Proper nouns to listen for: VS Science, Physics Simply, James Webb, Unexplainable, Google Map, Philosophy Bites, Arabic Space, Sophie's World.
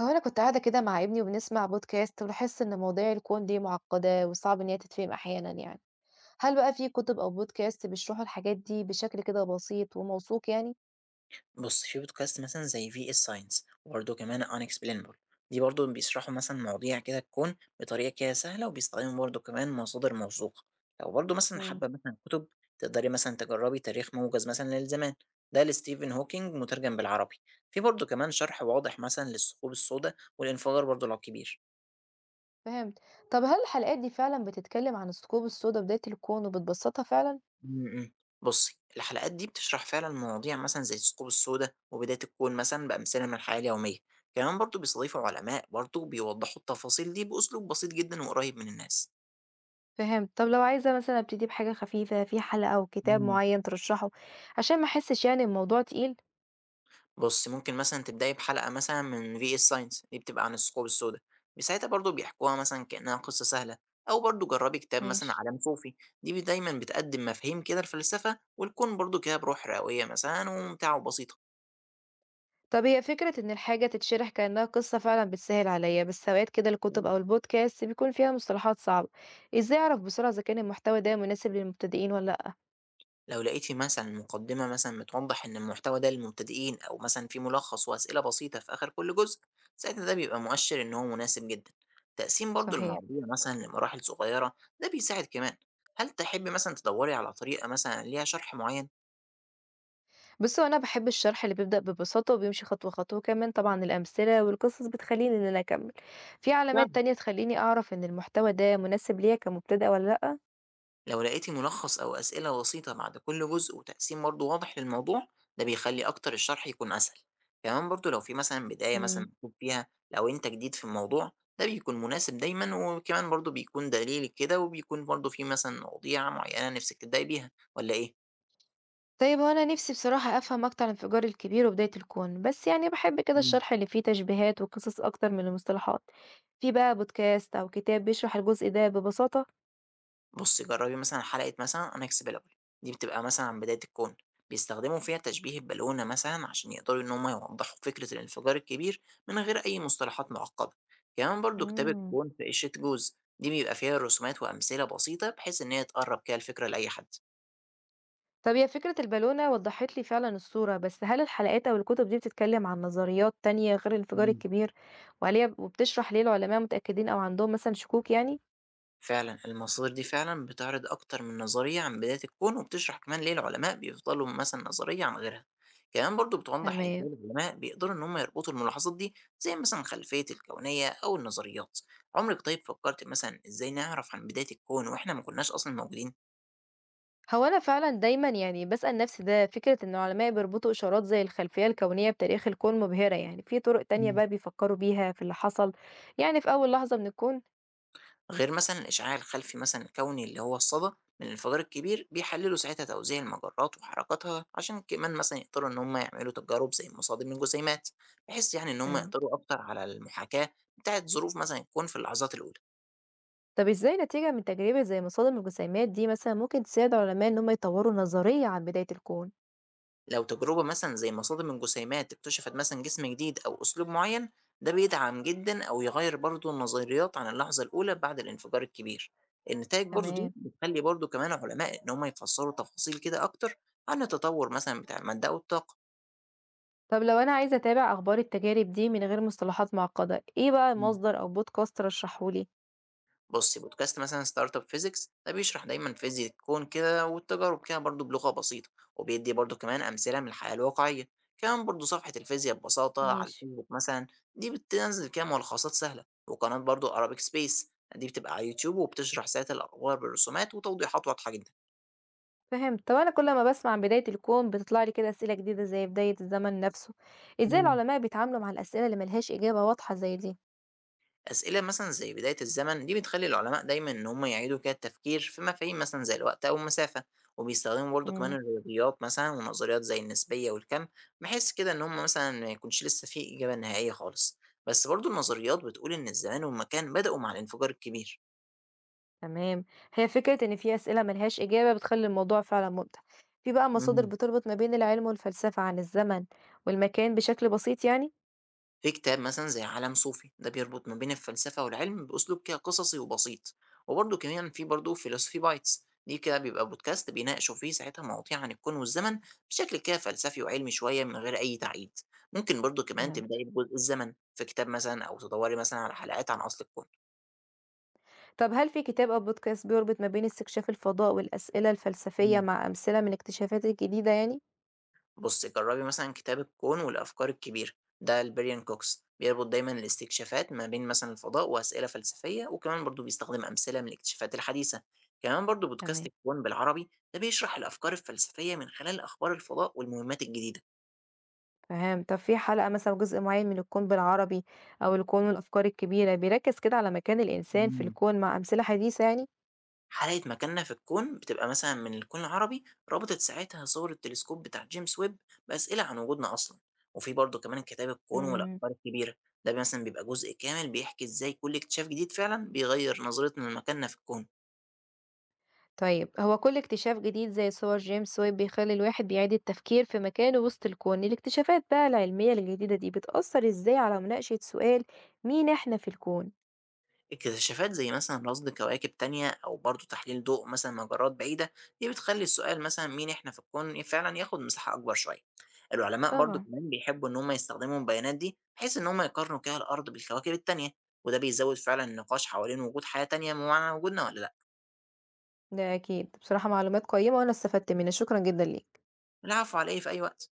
هو أنا كنت قاعدة كده مع ابني وبنسمع بودكاست، ولاحظت إن مواضيع الكون دي معقدة وصعب إن هي تتفهم أحيانا يعني. هل بقى في كتب أو بودكاست بيشرحوا الحاجات دي بشكل كده بسيط وموثوق يعني؟ بُص، في بودكاست مثلًا زي VS Science وبرضه كمان unexplainable. دي برضه بيشرحوا مثلًا مواضيع كده الكون بطريقة كده سهلة، وبيستخدموا برضه كمان مصادر موثوقة. لو برضه مثلًا امم. حابة مثلًا كتب، تقدري مثلًا تجربي تاريخ موجز مثلًا للزمان، ده لستيفن هوكينج مترجم بالعربي. في برضه كمان شرح واضح مثلًا للثقوب السوداء والانفجار برضه لو كبير. فهمت. طب هل الحلقات دي فعلا بتتكلم عن الثقوب السوداء بداية الكون وبتبسطها فعلا؟ إمم، إمم. بُصّي، الحلقات دي بتشرح فعلًا مواضيع مثلًا زي الثقوب السوداء وبداية الكون مثلًا بأمثلة من الحياة اليومية. كمان برضه بيستضيفوا علماء برضه بيوضّحوا التفاصيل دي بأسلوب بسيط جدًا وقريب من الناس. فهمت. طب لو عايزة مثلا أبتدي بحاجة خفيفة في حلقة أو كتاب إمم. معين ترشحه عشان ما أحسش يعني الموضوع تقيل؟ بُصّي، ممكن مثلًا تبدأي بحلقة مثلًا من VS Science، دي بتبقى عن الثقوب السوداء. ساعتها برضه بيحكوها مثلًا كأنها قصة سهلة، أو برضه جرّبي كتاب مثلًا ماشي. عالم صوفي. دي دايمًا بتقدّم مفاهيم كده الفلسفة والكون برضه كده بروح رواية مثلًا وممتعة وبسيطة. طب هي فكرة إن الحاجة تتشرح كأنها قصة فعلا بتسهل عليا، بس أوقات كده الكتب أو البودكاست بيكون فيها مصطلحات صعبة. إزاي أعرف بسرعة إذا كان المحتوى ده مناسب للمبتدئين ولا لأ؟ لو لقيتِ مثلًا مقدمة مثلًا بتوضح إن المحتوى ده للمبتدئين، أو مثلًا في ملخص وأسئلة بسيطة في آخر كل جزء، ساعتها ده بيبقى مؤشر إن هو مناسب جدًا. تقسيم برضه صحيح. المواضيع مثلًا لمراحل صغيرة ده بيساعد كمان. هل تحبي مثلًا تدوّري على طريقة مثلًا ليها شرح معين؟ بصوا، أنا بحب الشرح اللي بيبدأ ببساطة وبيمشي خطوة خطوة، كمان طبعا الأمثلة والقصص بتخليني إن أنا أكمل. في علامات تانية تخليني أعرف إن المحتوى ده مناسب ليا كمبتدئة ولا لأ؟ لو لقيتي ملخص أو أسئلة بسيطة بعد كل جزء وتقسيم برضه واضح للموضوع، ده بيخلي أكتر الشرح يكون أسهل. كمان برضه لو في مثلا بداية مثلا مم. مكتوب فيها لو أنت جديد في الموضوع، ده بيكون مناسب دايما. وكمان برضه بيكون دليل كده، وبيكون برضه في مثلا مواضيع معينة نفسك تبدأي بيها ولا إيه؟ طيب، هو أنا نفسي بصراحة أفهم أكتر عن انفجار الكبير وبداية الكون، بس يعني بحب كده مم. الشرح اللي فيه تشبيهات وقصص أكتر من المصطلحات. في بقى بودكاست أو كتاب بيشرح الجزء ده ببساطة؟ بُصّي، جرّبي مثلًا حلقة مثلًا Unexplainable، دي بتبقى مثلًا عن بداية الكون. بيستخدموا فيها تشبيه البالونة مثلًا عشان يقدروا إن هُم يوضّحوا فكرة الانفجار الكبير من غير أي مصطلحات معقدة. كمان برضه كتاب مم. الكون في قشرة جوز، دي بيبقى فيها رسومات وأمثلة بسيطة بحيث إن هي تقرّب كده الفكرة لأي حد. طب هي فكرة البالونة وضحت لي فعلا الصورة، بس هل الحلقات أو الكتب دي بتتكلم عن نظريات تانية غير الانفجار الكبير وعليها، وبتشرح ليه العلماء متأكدين أو عندهم مثلا شكوك يعني؟ فعلًا، المصادر دي فعلًا بتعرض أكتر من نظرية عن بداية الكون، وبتشرح كمان ليه العلماء بيفضلوا مثلًا نظرية عن غيرها. كمان برضه بتوضح إزاي تمام. العلماء بيقدروا إن هم يربطوا الملاحظات دي زي مثلًا خلفية الكونية أو النظريات. عمرِك طيب فكرتِ مثلًا إزاي نعرف عن بداية الكون وإحنا ما كناش أصلًا موجودين؟ هو أنا فعلًا دايمًا يعني باسأل نفسي ده، فكرة إن العلماء بيربطوا إشارات زي الخلفية الكونية بتاريخ الكون مبهرة يعني، في طرق تانية بقى بيفكروا بيها في اللي حصل يعني في أول لحظة من الكون؟ غير مثلًا الإشعاع الخلفي مثلًا الكوني، اللي هو الصدى من الانفجار الكبير، بيحللوا ساعتها توزيع المجرات وحركاتها عشان كمان مثلًا يقدروا إن هم يعملوا تجارب زي مصادم الجسيمات، بحيث يعني إن هم فهمت. يقدروا أكتر على المحاكاة بتاعة ظروف مثلًا الكون في اللحظات الأولى. طب إزاي نتيجة من تجربة زي مصادم الجسيمات دي مثلًا ممكن تساعد العلماء إن هم يطوروا نظرية عن بداية الكون؟ لو تجربة مثلًا زي مصادم الجسيمات اكتشفت مثلًا جسم جديد أو أسلوب معين، ده بيدعم جدًا أو يغيّر برضه النظريات عن اللحظة الأولى بعد الانفجار الكبير. النتايج برضه دي تمام. بتخلّي برضه كمان علماء إن هم يفسّروا تفاصيل كده أكتر عن التطور مثلًا بتاع المادة أو الطاقة. طب لو أنا عايزة أتابع أخبار التجارب دي من غير مصطلحات معقدة، إيه بقى مصدر أو بودكاست ترشحه لي؟ بصي بودكاست مثلا ستارت اب فيزيكس، ده بيشرح دايما فيزياء الكون كده والتجارب كده برضو بلغة بسيطة، وبيدي برضو كمان أمثلة من الحياة الواقعية. كمان برضو صفحة الفيزياء ببساطة على ماشي. الفيسبوك مثلا، دي بتنزل كده ملخصات سهلة. وقناة برضو أرابيك سبيس، دي بتبقى على يوتيوب وبتشرح ساعات الأخبار بالرسومات وتوضيحات واضحة جدا. فهمت. طب أنا كل ما بسمع عن بداية الكون بتطلع لي كده أسئلة جديدة زي بداية الزمن نفسه. إزاي العلماء بيتعاملوا مع الأسئلة اللي ملهاش إجابة واضحة زي دي؟ أسئلة مثلًا زي بداية الزمن دي بتخلّي العلماء دايمًا إن هم يعيدوا كده التفكير في مفاهيم مثلًا زي الوقت أو المسافة، وبيستخدموا برضه كمان امم. الرياضيات مثلًا ونظريات زي النسبية والكم، بحيث كده إن هم مثلًا ما يكونش لسه في إجابة نهائية خالص. بس برضه النظريات بتقول إن الزمان والمكان بدأوا مع الانفجار الكبير. تمام. هي فكرة إن في أسئلة ملهاش إجابة بتخلي الموضوع فعلا ممتع. في بقى مصادر إمم. بتربط ما بين العلم والفلسفة عن الزمن والمكان بشكل بسيط يعني؟ في كتاب مثلًا زي عالم صوفي، ده بيربط ما بين الفلسفة والعلم بأسلوب كده قصصي وبسيط. وبرضه كمان في برضه philosophy bites، دي كده بيبقى بودكاست بيناقشوا فيه ساعتها مواضيع عن الكون والزمن بشكل كده فلسفي وعلمي شوية من غير أي تعقيد. ممكن برضه كمان فهمت. تبدئي بجزء الزمن في كتاب مثلًا، أو تدوري مثلًا على حلقات عن أصل الكون. طب هل في كتاب أو بودكاست بيربط ما بين استكشاف الفضاء والأسئلة الفلسفية إمم. مع أمثلة من الاكتشافات الجديدة يعني؟ بُصّي، جرّبي مثلًا كتاب الكون والأفكار الكبيرة، ده لBrian Cox، بيربط دايمًا الاستكشافات ما بين مثلًا الفضاء وأسئلة فلسفية، وكمان برضه بيستخدم أمثلة من الاكتشافات الحديثة. كمان برضه بودكاست تمام. الكون بالعربي، ده بيشرح الأفكار الفلسفية من خلال أخبار الفضاء والمهمات الجديدة. فهمت. طب في حلقة مثلًا أو جزء معين من الكون بالعربي أو الكون والأفكار الكبيرة بيركّز كده على مكان الإنسان في إمم. الكون مع أمثلة حديثة يعني؟ حلقة مكاننا في الكون بتبقى مثلًا من الكون العربي، ربطت ساعتها صور التلسكوب بتاع جيمس ويب بأسئلة عن وجودنا أصلًا. وفي برضه كمان كتاب الكون امم. والأقمار الكبيرة، ده مثلًا بيبقى جزء كامل بيحكي إزاي كل اكتشاف جديد فعلًا بيغير نظرتنا لمكاننا في الكون. طيب، هو كل اكتشاف جديد زي صور جيمس ويب بيخلّي الواحد بيعيد التفكير في مكانه وسط الكون. الاكتشافات بقى العلمية الجديدة دي بتأثّر إزاي على مناقشة سؤال مين إحنا في الكون؟ اكتشافات زي مثلًا رصد كواكب تانية أو برضه تحليل ضوء مثلًا مجرات بعيدة، دي بتخلّي السؤال مثلًا مين إحنا في الكون فعلًا ياخد مساحة أكبر شوية. العلماء برضه طبعًا، كمان بيحبوا إن هم يستخدموا البيانات دي بحيث إن هم يقارنوا كده الأرض بالكواكب التانية، وده بيزود فعلًا النقاش حوالين وجود حياة تانية بمعنى وجودنا والّا لأ. ده أكيد. بصراحة معلومات قيّمة وأنا استفدت منها، شكرًا جدًا ليك. العفو على إيه، في أي وقت.